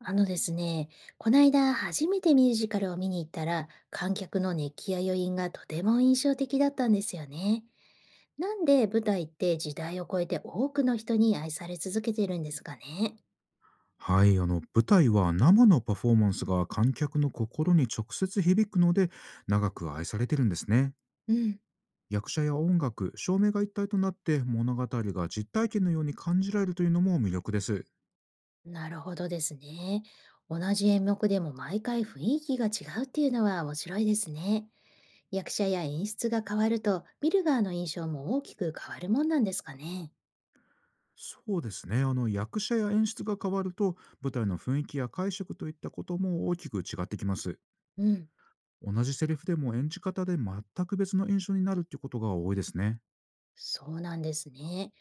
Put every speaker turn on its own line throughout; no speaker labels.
あのですね、こないだ初めてミュージカルを見に行ったら、観客の熱気や余韻がとても印象的だったんですよね。なんで舞台って時代を超えて多くの人に愛され続けてるんですかね。
はい、舞台は生のパフォーマンスが観客の心に直接響くので、長く愛されてるんですね。
うん。
役者や音楽、照明が一体となって物語が実体験のように感じられるというのも魅力です。
なるほどですね。同じ演目でも毎回雰囲気が違うっていうのは面白いですね。役者や演出が変わると、見る側の印象も大きく変わるもんなんですかね。
そうですね、役者や演出が変わると、舞台の雰囲気や解釈といったことも大きく違ってきます。
うん。
同じセリフでも演じ方で全く別の印象になるっていうことが多いですね。
そうなんですね。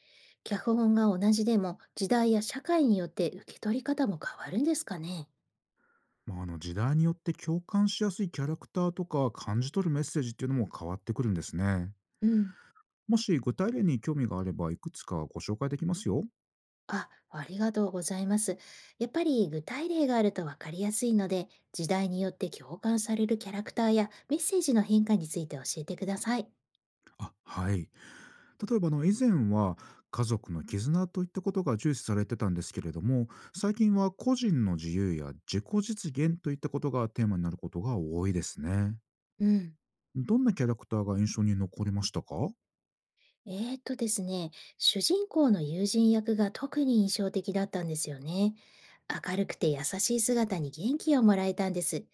脚本が同じでも時代や社会によって受け取り方も変わるんですかね。
まあ、時代によって共感しやすいキャラクターとか感じ取るメッセージっていうのも変わってくるんですね。
うん。
もし具体例に興味があればいくつかご紹介できますよ。
あ、ありがとうございます。やっぱり具体例があるとわかりやすいので、時代によって共感されるキャラクターやメッセージの変化について教えてください。
はい。例えば以前は家族の絆といったことが重視されてたんですけれども、最近は個人の自由や自己実現といったことがテーマになることが多いですね。
うん。
どんなキャラクターが印象に残りましたか？
えーとですね、主人公の友人役が特に印象的だったんですよね。明るくて優しい姿に元気をもらえたんです。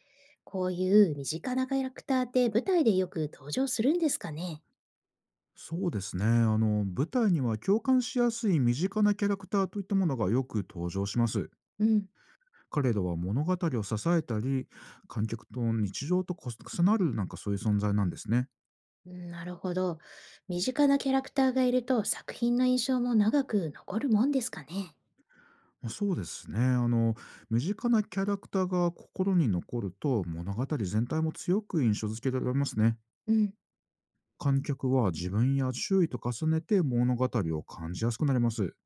こういう身近なキャラクターって舞台でよく登場するんですかね。
そうですね。舞台には共感しやすい身近なキャラクターといったものがよく登場します。
うん。
彼らは物語を支えたり、観客と日常と重なる、なんかそういう存在なんですね。
うん、なるほど。身近なキャラクターがいると作品の印象も長く残るもんですかね。
まあ、そうですね。身近なキャラクターが心に残ると物語全体も強く印象付けられますね。
うん。
観客は自分や周囲と重ねて物語を感じやすくなります。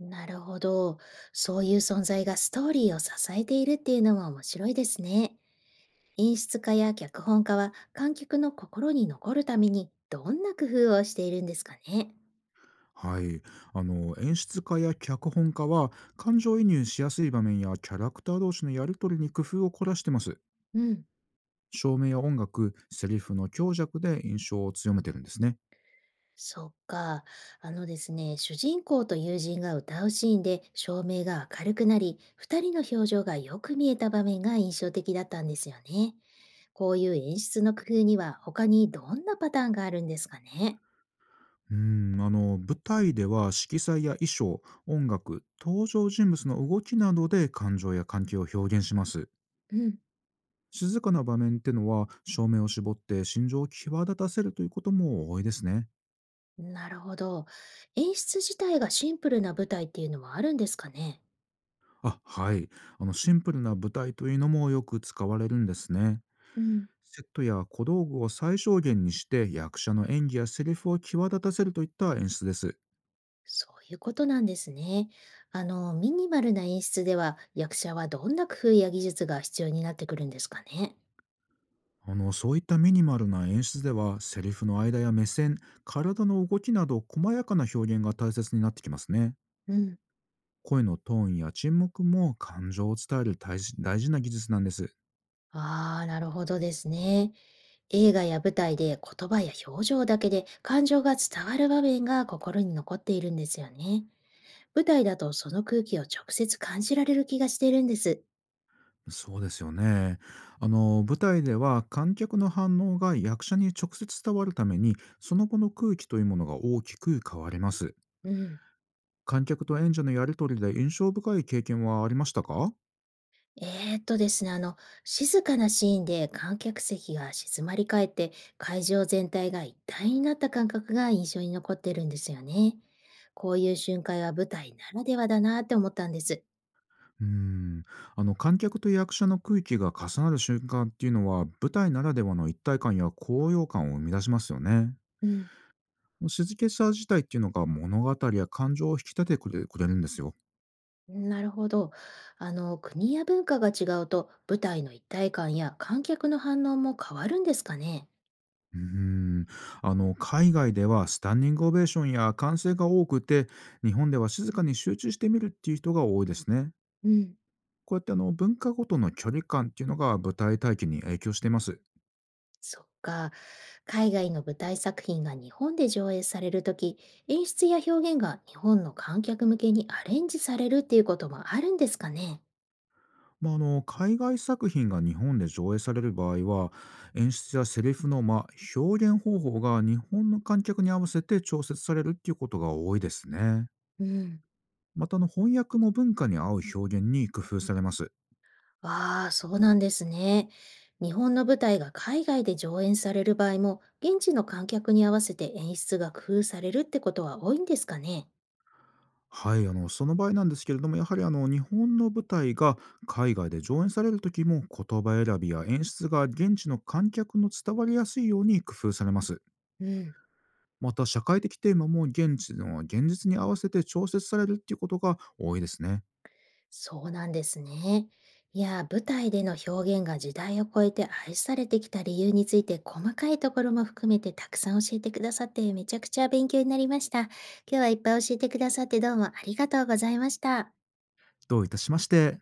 なるほど。そういう存在がストーリーを支えているっていうのは面白いですね。演出家や脚本家は観客の心に残るためにどんな工夫をしているんですかね。
はい、演出家や脚本家は感情移入しやすい場面やキャラクター同士のやり取りに工夫を凝らしてます。
うん。
照明や音楽、セリフの強弱で印象を強めてるんですね。
そっか。あのですね、主人公と友人が歌うシーンで照明が明るくなり、二人の表情がよく見えた場面が印象的だったんですよね。こういう演出の工夫には他にどんなパターンがあるんですかね。
うん、舞台では色彩や衣装、音楽、登場人物の動きなどで感情や関係を表現します。
うん。
静かな場面ってのは照明を絞って心情を際立たせるということも多いですね。
なるほど。演出自体がシンプルな舞台っていうのはあるんですかね。
はい。シンプルな舞台というのもよく使われるんですね。
うん。
セットや小道具を最小限にして役者の演技やセリフを際立たせるといった演出です。
そういうことなんですね。あの、ミニマルな演出では役者はどんな工夫や技術が必要になってくるんですかね。
そういったミニマルな演出ではセリフの間や目線、体の動きなど細やかな表現が大切になってきますね。
うん。
声のトーンや沈黙も感情を伝える大事な技術なんです。
ああ、なるほどですね。映画や舞台で言葉や表情だけで感情が伝わる場面が心に残っているんですよね。舞台だとその空気を直接感じられる気がしているんです。
そうですよね。舞台では観客の反応が役者に直接伝わるために、その後の空気というものが大きく変わります。
うん。
観客と演者のやり取りで印象深い経験はありましたか？
ですね、あの、静かなシーンで観客席が静まり返って、会場全体が一体になった感覚が印象に残ってるんですよね。こういう瞬間は舞台ならではだなって思ったんです。
うーん観客と役者の空気が重なる瞬間っていうのは舞台ならではの一体感や高揚感を生み出しますよね。
うん。
静けさ自体っていうのが物語や感情を引き立ててくれるんですよ。
なるほど。あの、国や文化が違うと、舞台の一体感や観客の反応も変わるんですかね。
うーん海外ではスタンディングオベーションや歓声が多くて、日本では静かに集中してみるっていう人が多いですね。
うん。
こうやって文化ごとの距離感っていうのが舞台体験に影響しています。
そっか。海外の舞台作品が日本で上映されるとき、演出や表現が日本の観客向けにアレンジされるっていうこともあるんですかね。
まあ、海外作品が日本で上映される場合は、演出やセリフの表現方法が日本の観客に合わせて調節されるっていうことが多いですね。
うん。
また、翻訳も文化に合う表現に工夫されます。
ああ、そうなんですね。日本の舞台が海外で上演される場合も、現地の観客に合わせて演出が工夫されるってことは多いんですかね。
はい、その場合なんですけれども、やはり日本の舞台が海外で上演される時も、言葉選びや演出が現地の観客の伝わりやすいように工夫されます。
うん。
また社会的テーマも現地の現実に合わせて調節されるっていうことが多いですね。
そうなんですね。いや、舞台での表現が時代を超えて愛されてきた理由について細かいところも含めてたくさん教えてくださってめちゃくちゃ勉強になりました。今日はいっぱい教えてくださってどうもありがとうございました。
どういたしまして。